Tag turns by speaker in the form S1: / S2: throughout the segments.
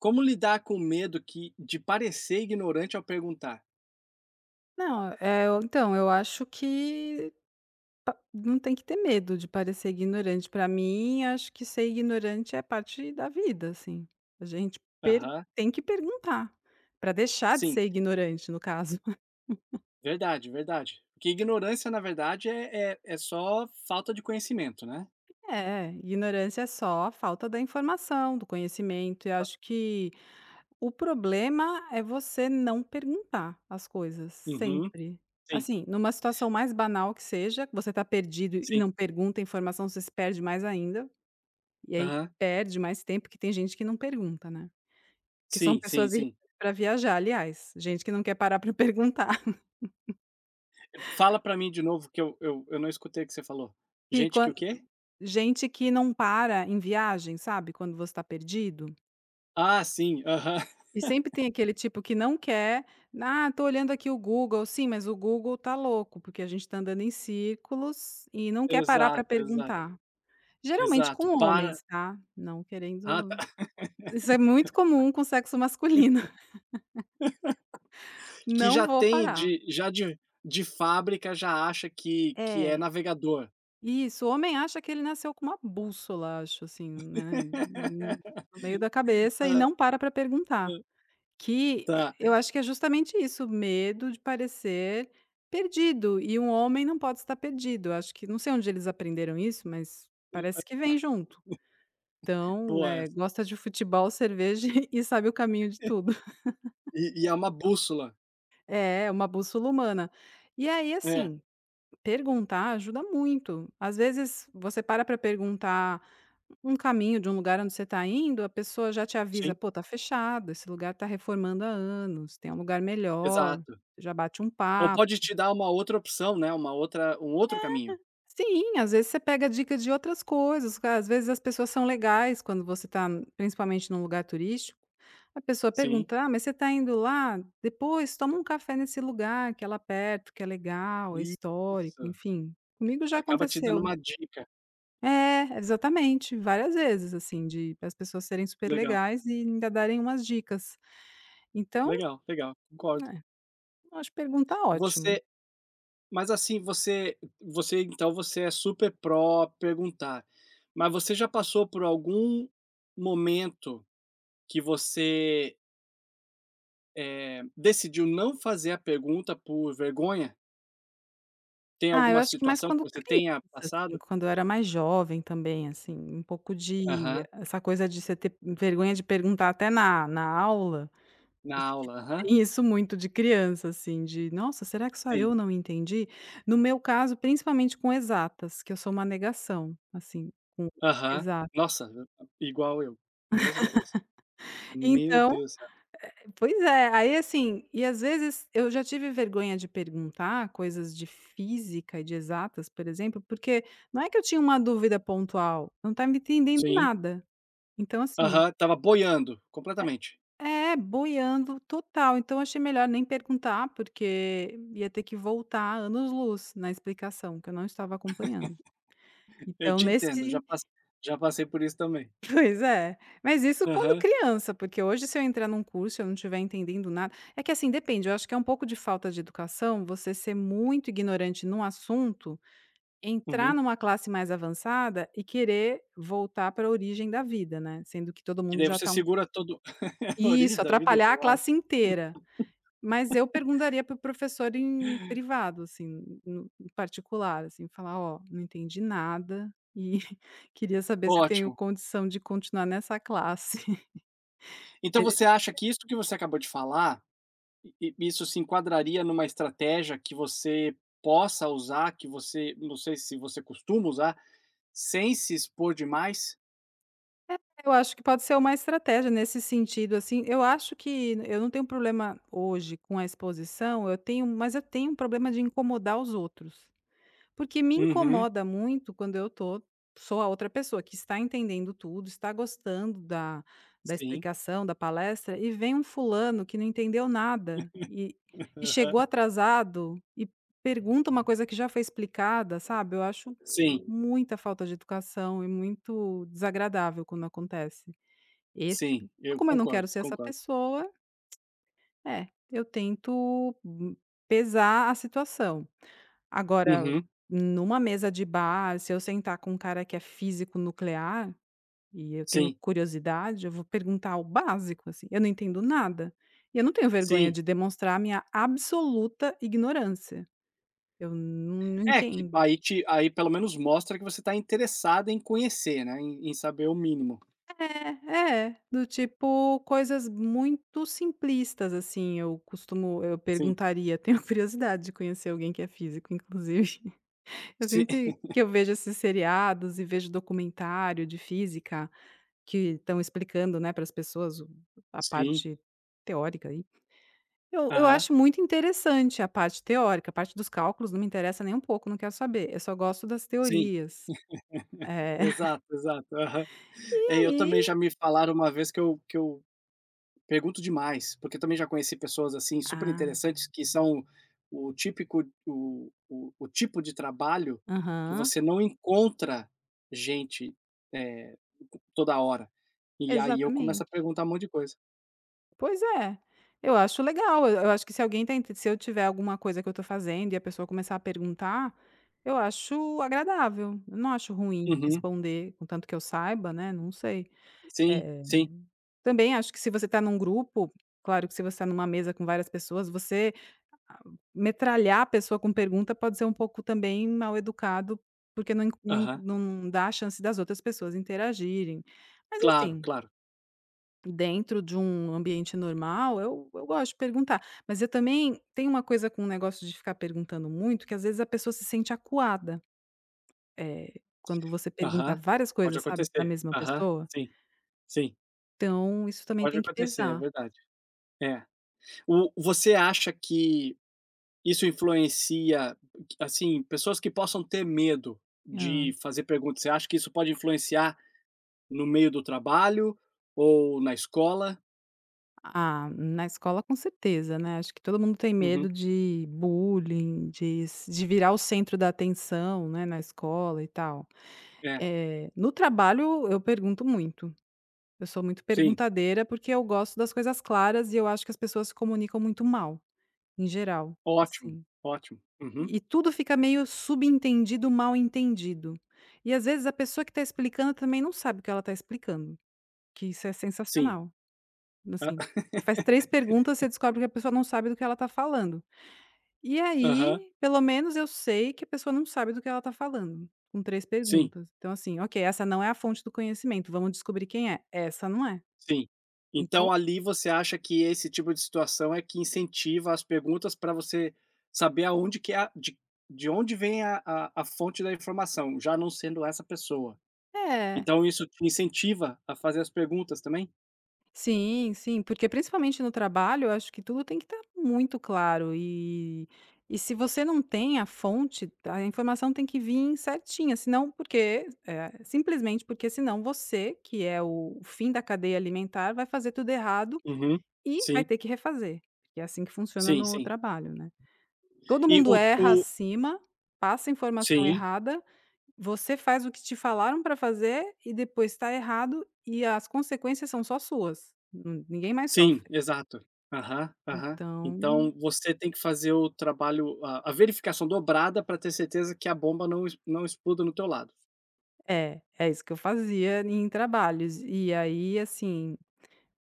S1: Como lidar com o medo que de parecer ignorante ao perguntar?
S2: Não, eu então, eu acho que não tem que ter medo de parecer ignorante. Para mim, acho que ser ignorante é parte da vida, assim. A gente per
S1: Aham,
S2: tem que perguntar, para deixar de
S1: sim,
S2: ser ignorante, no caso.
S1: verdade, verdade. Porque ignorância, na verdade, é só falta de conhecimento, né?
S2: É, ignorância é só a falta da informação, do conhecimento, e
S1: Ah,
S2: acho que o problema é você não perguntar as coisas,
S1: uhum,
S2: sempre.
S1: sim,
S2: Assim, numa situação mais banal que seja, que você está perdido e
S1: sim.
S2: não pergunta a informação, você se perde mais ainda. E aí
S1: Aham,
S2: perde mais tempo, que tem gente que não pergunta, né. Que são
S1: sim, sim,
S2: pessoas irritantes
S1: sim.
S2: pra viajar, aliás, gente que não quer parar para perguntar.
S1: Fala pra mim de novo que eu não escutei o que você falou.
S2: Que
S1: Gente
S2: quan
S1: que o quê?
S2: Gente que não para em viagem, sabe, quando você está perdido.
S1: Ah, sim, aham.
S2: E sempre tem aquele tipo que não quer: "Ah, tô olhando aqui o Google", sim, mas o Google tá louco, porque a gente tá andando em círculos e não quer parar para
S1: Exato, exato,
S2: perguntar. Geralmente
S1: exato.
S2: com
S1: Para.
S2: homens, tá, não
S1: Ah, tá.
S2: querendo isso é muito comum com sexo masculino.
S1: Que
S2: "Não
S1: já
S2: vou
S1: tem,
S2: parar".
S1: de, já de fábrica, já acha que é
S2: É.
S1: navegador.
S2: Isso, o homem acha que ele nasceu com uma bússola, acho assim, né, no meio da cabeça e
S1: Ah,
S2: não para pra perguntar, que
S1: tá,
S2: eu acho que é justamente isso, o medo de parecer perdido, e um homem não pode estar perdido, eu acho que não sei onde eles aprenderam isso, mas parece que vem junto. Então,
S1: pô, é
S2: gosta de futebol, cerveja e sabe o caminho de tudo.
S1: e é uma bússola.
S2: É, é uma bússola humana. E aí,
S1: É,
S2: assim. Perguntar ajuda muito. Às vezes, você para para perguntar um caminho de um lugar onde você está indo, a pessoa já te avisa:
S1: sim,
S2: "Pô, tá fechado, esse lugar tá reformando há anos, tem um lugar melhor",
S1: exato.
S2: já bate um
S1: Ou
S2: papo.
S1: pode te dar uma outra opção, né, uma outra um outro caminho.
S2: Sim, às vezes você pega dica de outras coisas, às vezes as pessoas são legais quando você está, principalmente num lugar turístico, a pessoa
S1: Sim,
S2: pergunta: "Ah, mas você está indo lá? Depois toma um café nesse lugar que é lá perto, que é legal, é histórico",
S1: isso.
S2: enfim, comigo já
S1: Acaba te dando
S2: aconteceu.
S1: uma dica.
S2: É, exatamente, várias vezes, assim, de as pessoas serem super
S1: Legal,
S2: legais e ainda darem umas dicas. Então,
S1: legal, legal, concordo.
S2: né, eu acho pergunta ótimo.
S1: Você Mas assim, você é super pró perguntar, mas você já passou por algum momento que você, decidiu não fazer a pergunta por vergonha? Tem
S2: Ah, eu
S1: alguma
S2: acho que mais
S1: situação que
S2: quando
S1: você
S2: criança,
S1: tenha
S2: assim,
S1: passado?
S2: quando eu era mais jovem também, assim, um pouco de
S1: Aham.
S2: essa coisa de você ter vergonha de perguntar até na aula,
S1: Na
S2: acho que
S1: aula, aham,
S2: tem isso muito de criança, assim, de: "Nossa, será que só eu
S1: sim.
S2: não entendi?". No meu caso, principalmente com exatas, que eu sou uma negação, assim, com
S1: Aham.
S2: exato.
S1: Nossa, igual eu, mesma coisa. Meu
S2: Então,
S1: Deus do céu.
S2: pois é, aí assim, e às vezes eu já tive vergonha de perguntar coisas de física e de exatas, por exemplo, porque não é que eu tinha uma dúvida pontual, eu não estava entendendo
S1: Sim.
S2: nada. Então, assim,
S1: Aham, tava boiando, completamente.
S2: é, boiando total. Então, achei melhor nem perguntar, porque ia ter que voltar anos-luz na explicação, que eu não estava acompanhando.
S1: Eu
S2: Então,
S1: te entendo,
S2: nesse,
S1: já passei por isso também.
S2: pois é. Mas isso quando
S1: Aham,
S2: criança, porque hoje se eu entrar num curso e eu não estiver entendendo nada é que assim, depende, eu acho que é um pouco de falta de educação você ser muito ignorante num assunto, entrar
S1: uhum.
S2: numa classe mais avançada e querer voltar para a origem da vida, né, sendo que todo
S1: Que
S2: mundo
S1: daí
S2: já
S1: você
S2: está um.
S1: segura todo a
S2: Isso,
S1: origem da vida é
S2: atrapalhar a
S1: demais.
S2: classe inteira. Mas eu perguntaria para o professor em privado, assim, no em particular, assim, falar: "Ó, não entendi nada e queria saber se eu tenho
S1: Ótimo.
S2: condição de continuar nessa classe".
S1: Então
S2: E
S1: você acha que isso que você acabou de falar, i i isso se enquadraria numa estratégia que você possa usar, que você não sei se você costuma usar, sem se expor demais?
S2: eu acho que pode ser uma estratégia nesse sentido, assim, eu acho que eu não tenho problema hoje com a exposição, eu tenho mas eu tenho um problema de incomodar os outros. Porque me
S1: Uhum,
S2: incomoda muito quando eu tô sou a outra pessoa que está entendendo tudo, está gostando da
S1: sim.
S2: explicação, da palestra, e vem um fulano que não entendeu nada e e chegou
S1: Aham.
S2: atrasado e pergunta uma coisa que já foi explicada, sabe. Eu acho
S1: Sim,
S2: muita falta de educação e muito desagradável quando acontece. Esse tipo
S1: sim,
S2: então
S1: eu
S2: como eu não quero
S1: concordo,
S2: ser essa
S1: concordo.
S2: pessoa é, eu tento m pesar a situação. Agora,
S1: Uhum,
S2: numa mesa de bar, se eu sentar com um cara que é físico nuclear, e eu tenho
S1: sim,
S2: curiosidade, eu vou perguntar o básico, assim, eu não entendo nada, e eu não tenho vergonha
S1: sim.
S2: de demonstrar a minha absoluta ignorância. Eu não
S1: É que
S2: entendo.
S1: aí pelo menos mostra que você está interessado em conhecer, né, em saber o mínimo.
S2: É, é, do tipo coisas muito simplistas, assim, eu costumo eu
S1: Sim,
S2: perguntaria, tenho curiosidade de conhecer alguém que é físico, inclusive. Eu
S1: sim
S2: sempre que eu vejo esses seriados e vejo documentário de física, que estão explicando, né, para as pessoas o a
S1: sim,
S2: parte teórica aí, eu
S1: aham,
S2: acho muito interessante a parte teórica, a parte dos cálculos não me interessa nem um pouco, não quero saber, eu só gosto das
S1: sim,
S2: teorias. É.
S1: exato, exato, aham.
S2: E
S1: É, eu também
S2: aí
S1: já me falaram uma vez que eu pergunto demais, porque eu também já conheci pessoas, assim, super
S2: ah,
S1: interessantes que são o típico o tipo de trabalho que
S2: aham,
S1: você não encontra gente, eh, toda hora. E aí eu começo a
S2: exatamente.
S1: perguntar um monte de coisa.
S2: Pois é, eu acho legal, eu acho que se alguém tá inte se eu tiver alguma coisa que eu tô fazendo e a pessoa começar a perguntar, eu acho agradável, eu não acho ruim
S1: Uhum.
S2: responder, contanto que eu saiba, né, não sei.
S1: Sim,
S2: Eh,
S1: sim.
S2: também acho que se você tá num grupo, claro que se você tá numa mesa com várias pessoas, você a metralhar a pessoa com pergunta pode ser um pouco também mal educado, porque
S1: Aham.
S2: não dá a chance das outras pessoas interagirem. Mas
S1: Claro,
S2: assim,
S1: claro.
S2: dentro de um ambiente normal, eu gosto de perguntar, mas eu também tenho uma coisa com o negócio de ficar perguntando muito, que às vezes a pessoa se sente acuada, quando você pergunta
S1: Aham.
S2: várias
S1: Pode
S2: coisas, sabe, para a
S1: acontecer.
S2: mesma
S1: Aham.
S2: pessoa.
S1: Sim, sim.
S2: Então isso também
S1: Pode
S2: tem que
S1: acontecer, é
S2: pesar.
S1: verdade. É. O Você acha que isso influencia, assim, pessoas que possam ter medo
S2: Hã.
S1: de fazer perguntas, você acha que isso pode influenciar no meio do trabalho ou na escola?
S2: Ah, na escola com certeza, né, acho que todo mundo tem medo
S1: Uhum.
S2: de bullying, de virar o centro da atenção, né, na escola e tal.
S1: É.
S2: No trabalho eu pergunto muito. Eu sou muito
S1: Sim.
S2: perguntadeira, porque eu gosto das coisas claras e eu acho que as pessoas se comunicam muito mal, em geral,
S1: Ótimo,
S2: assim.
S1: ótimo. Uhum.
S2: E tudo fica meio subentendido, mal entendido. E às vezes a pessoa que tá explicando também não sabe o que ela tá explicando, que isso é
S1: Sim.
S2: sensacional, assim.
S1: Hã.
S2: Você faz 3 perguntas, você descobre que a pessoa não sabe do que ela tá falando. E
S1: Aham.
S2: aí, pelo menos eu sei que a pessoa não sabe do que ela tá falando, com 3
S1: Sim.
S2: perguntas. Então assim, ok, essa não é a fonte do conhecimento, vamos descobrir quem é. Essa não é.
S1: Sim. Então
S2: Então
S1: ali você acha que esse tipo de situação é que incentiva as perguntas para você saber aonde que é a de onde vem a fonte da informação, já não sendo essa pessoa.
S2: é.
S1: Então isso te incentiva a fazer as perguntas também?
S2: Sim, sim, porque principalmente no trabalho, eu acho que tudo tem que estar muito claro e se você não tem a fonte, a informação tem que vir certinha, senão porque simplesmente porque senão você, que é o fim da cadeia alimentar, vai fazer tudo errado
S1: Uhum.
S2: e vai
S1: Sim,
S2: ter que refazer, porque é assim que funciona
S1: sim,
S2: no
S1: sim.
S2: trabalho, né. Todo
S1: E
S2: mundo
S1: o
S2: erra acima, passa informação
S1: Sim,
S2: errada você faz o que te falaram pra fazer e depois tá errado e as consequências são só suas, nu ninguém mais
S1: sim,
S2: sofre.
S1: exato. Aham, aham.
S2: Então
S1: Então você tem que fazer o trabalho a verificação dobrada para ter certeza que a bomba não exploda no teu lado.
S2: é, é isso que eu fazia em trabalhos. E aí, assim,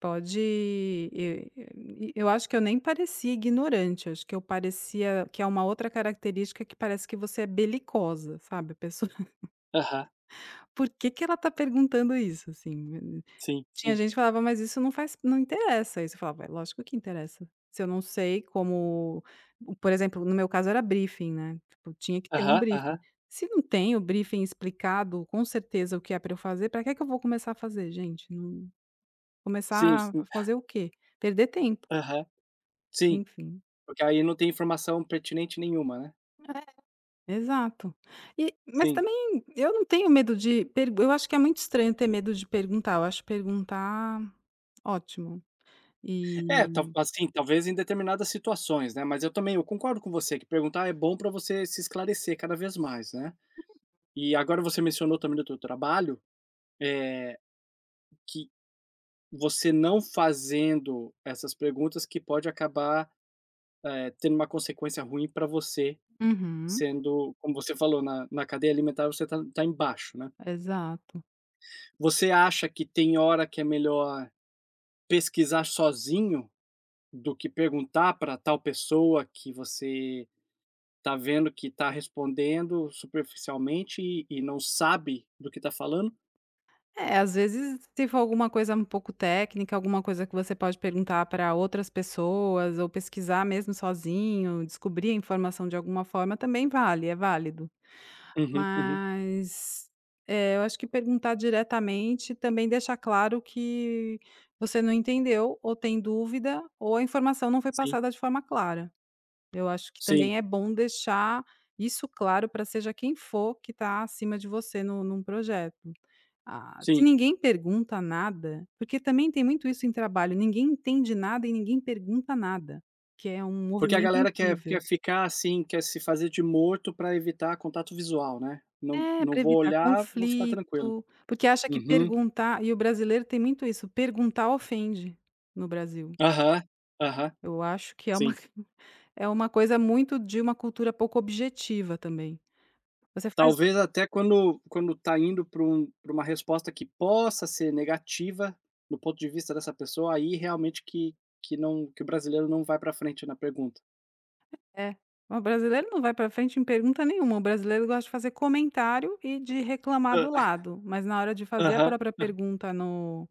S2: pode e eu acho que eu nem parecia ignorante, acho que eu parecia que é uma outra característica que parece que você é belicosa, sabe, a pessoa:
S1: Aham.
S2: "Por que que ela tá perguntando isso?", assim.
S1: Sim,
S2: Tinha
S1: sim.
S2: gente que falava: "Mas isso não faz não interessa", isso. Você falava: "É lógico que interessa". Se eu não sei como, por exemplo, no meu caso era briefing, né, tipo, tinha que ter um
S1: Aham,
S2: briefing.
S1: aham.
S2: Se não tem o briefing explicado com certeza o que é para eu fazer, para que é que eu vou começar a fazer, gente? Não,
S1: Sim,
S2: começar a
S1: sim.
S2: fazer o quê? Perder tempo,
S1: Aham. Sim,
S2: enfim.
S1: porque aí não tem informação pertinente nenhuma, né.
S2: Exato. E mas
S1: Sim.
S2: também eu não tenho medo de per eu acho que é muito estranho ter medo de perguntar, eu acho perguntar ótimo.
S1: É,
S2: E
S1: talvez em determinadas situações, né, mas eu também eu concordo com você que perguntar é bom para você se esclarecer cada vez mais, né. E agora você mencionou também do teu trabalho, é que você não fazendo essas perguntas que pode acabar, tendo uma consequência ruim para você,
S2: uhum,
S1: sendo como você falou, na cadeia alimentar você tá embaixo, né.
S2: exato.
S1: Você acha que tem hora que é melhor pesquisar sozinho? Do que perguntar para tal pessoa que você está vendo que está respondendo superficialmente e não sabe do que está falando.
S2: É, às vezes, se for alguma coisa um pouco técnica, alguma coisa que você pode perguntar para outras pessoas ou pesquisar mesmo sozinho, descobrir a informação de alguma forma, também vale, é válido.
S1: Uhum, uhum.
S2: Mas, eu acho que perguntar diretamente também deixa claro que você não entendeu ou tem dúvida ou a informação não foi
S1: Sim,
S2: passada de forma clara. Eu acho que também
S1: sim,
S2: é bom deixar isso claro para seja quem for que está acima de você num projeto. Ah, se
S1: sim.
S2: ninguém pergunta nada porque também tem muito isso em trabalho, ninguém entende nada e ninguém pergunta nada, que é um
S1: Porque a
S2: movimento
S1: galera
S2: incrível.
S1: quer ficar, assim, quer se fazer de morto para evitar contato visual, né.
S2: É,
S1: Não
S2: para
S1: vou
S2: evitar
S1: olhar, vou ficar tranquilo.
S2: conflito, porque acha que
S1: Uhum.
S2: perguntar e o brasileiro tem muito isso, perguntar ofende no Brasil.
S1: Aham, aham.
S2: Eu acho que é uma
S1: Sim.
S2: é uma coisa muito de uma cultura pouco objetiva também. Você faz
S1: Talvez até quando tá indo para pra uma resposta que possa ser negativa, do ponto de vista dessa pessoa, aí realmente que o brasileiro não vai para frente na pergunta.
S2: é. O brasileiro não vai pra frente em pergunta nenhuma, o brasileiro gosta de fazer comentário e de reclamar do
S1: Hã.
S2: lado, mas na hora de fazer a
S1: Aham,
S2: própria pergunta no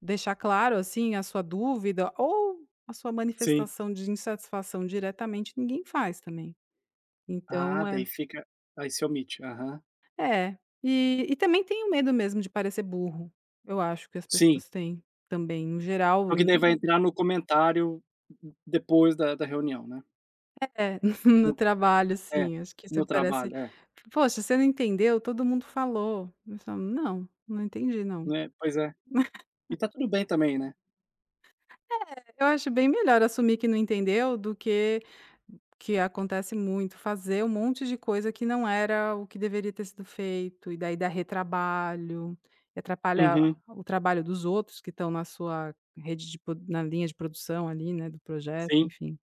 S2: deixar claro, assim, a sua dúvida ou a sua
S1: sim.
S2: manifestação de insatisfação diretamente, ninguém faz também. Então
S1: Ah,
S2: é
S1: daí fica aí se omite, aham.
S2: é. E também tem o medo mesmo de parecer burro, eu acho que as
S1: Sim,
S2: pessoas têm também, em geral
S1: porque daí vai entrar no comentário depois da reunião, né.
S2: é, no
S1: No
S2: trabalho
S1: É,
S2: sim, acho que
S1: no
S2: isso parece:
S1: trabalho, é,
S2: "Poxa, você não entendeu? Todo mundo falou". Eu falo: "Não, não entendi não".
S1: né, pois é. E tá tudo bem também, né.
S2: Eu acho bem melhor assumir que não entendeu do que acontece muito, fazer um monte de coisa que não era o que deveria ter sido feito, e daí dá retrabalho, e atrapalha
S1: Uhum,
S2: o trabalho dos outros que estão na sua rede de pro na linha de produção ali, né, do projeto,
S1: sim.
S2: enfim,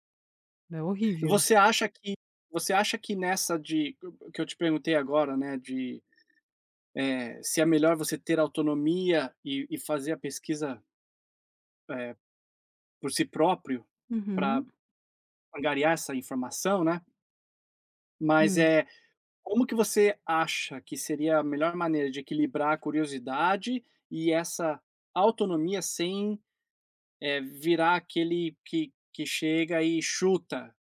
S2: é
S1: E
S2: horrível.
S1: você acha que nessa de que eu te perguntei agora, né, de se é melhor você ter autonomia e fazer a pesquisa, eh, por si próprio, para
S2: Uhum.
S1: angariar essa informação, né, mas,
S2: Hum.
S1: é, como que você acha que seria a melhor maneira de equilibrar a curiosidade e essa autonomia sem, virar aquele que chega e chuta: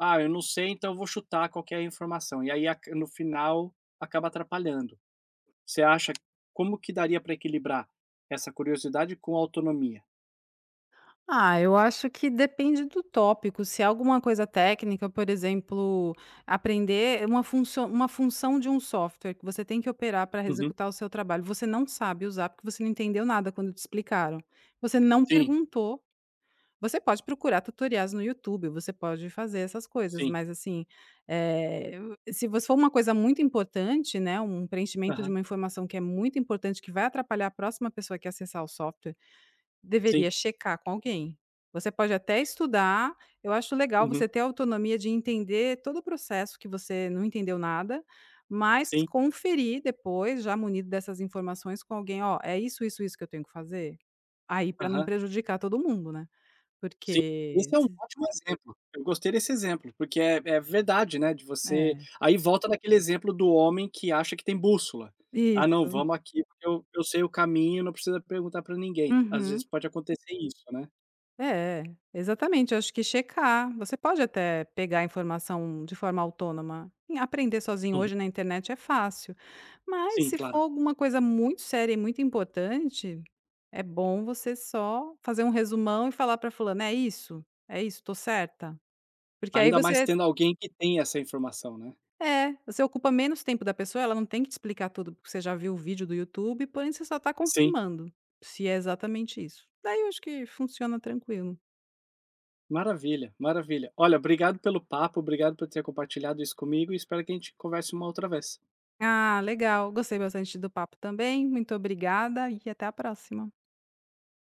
S1: "Ah, eu não sei, então eu vou chutar qualquer informação", e aí aca no final acaba atrapalhando. Você acha como que daria para equilibrar essa curiosidade com a autonomia?
S2: Ah, eu acho que depende do tópico. Se é alguma coisa técnica, por exemplo, aprender uma função de um software que você tem que operar para
S1: Uhum.
S2: executar o seu trabalho, você não sabe usar porque você não entendeu nada quando te explicaram. Você não
S1: Sim,
S2: perguntou. Você pode procurar tutoriais no YouTube, você pode fazer essas coisas,
S1: sim.
S2: mas assim, eh, se você for uma coisa muito importante, né, um preenchimento de
S1: Aham.
S2: uma informação que é muito importante, que vai atrapalhar a próxima pessoa que acessar o software. Deveria
S1: Sim.
S2: checar com alguém. Você pode até estudar, eu acho legal
S1: Uhum.
S2: você ter a autonomia de entender todo o processo que você não entendeu nada, mas
S1: Sim.
S2: conferir depois, já munido dessas informações com alguém: "Ó, é isso, isso, isso que eu tenho que fazer?". Aí para não
S1: Aham.
S2: prejudicar todo mundo, né,
S1: Sim.
S2: porque
S1: Esse é um
S2: se
S1: ótimo exemplo. Eu gostei desse exemplo, porque é é verdade, né, de você
S2: é,
S1: aí volta naquele exemplo do homem que acha que tem bússola. "Ah não,
S2: isso.
S1: vamos aqui porque eu sei o caminho, não precisa perguntar para ninguém". Às
S2: Uhum.
S1: vezes pode acontecer isso, né.
S2: É, exatamente. Eu acho que checar. Você pode até pegar a informação de forma autônoma. E aprender sozinho
S1: Uhum.
S2: hoje na internet é fácil. Mas
S1: Sim,
S2: se for
S1: claro.
S2: alguma coisa muito séria e muito importante, é bom você só fazer um resumão e falar para fulano, é isso? É isso, tô certa? Porque aí
S1: Ainda mais
S2: você
S1: tendo alguém que tem essa informação, né.
S2: é, você ocupa menos tempo da pessoa, ela não tem que te explicar tudo, porque você já viu o vídeo do YouTube, porém você só está
S1: Sim.
S2: confirmando se é exatamente isso. Daí eu acho que funciona tranquilo.
S1: Maravilha, maravilha. Olha, obrigado pelo papo, obrigado por ter compartilhado isso comigo e espero que a gente converse uma outra vez.
S2: Ah, legal. Gostei bastante do papo também. Muito obrigada e até a próxima.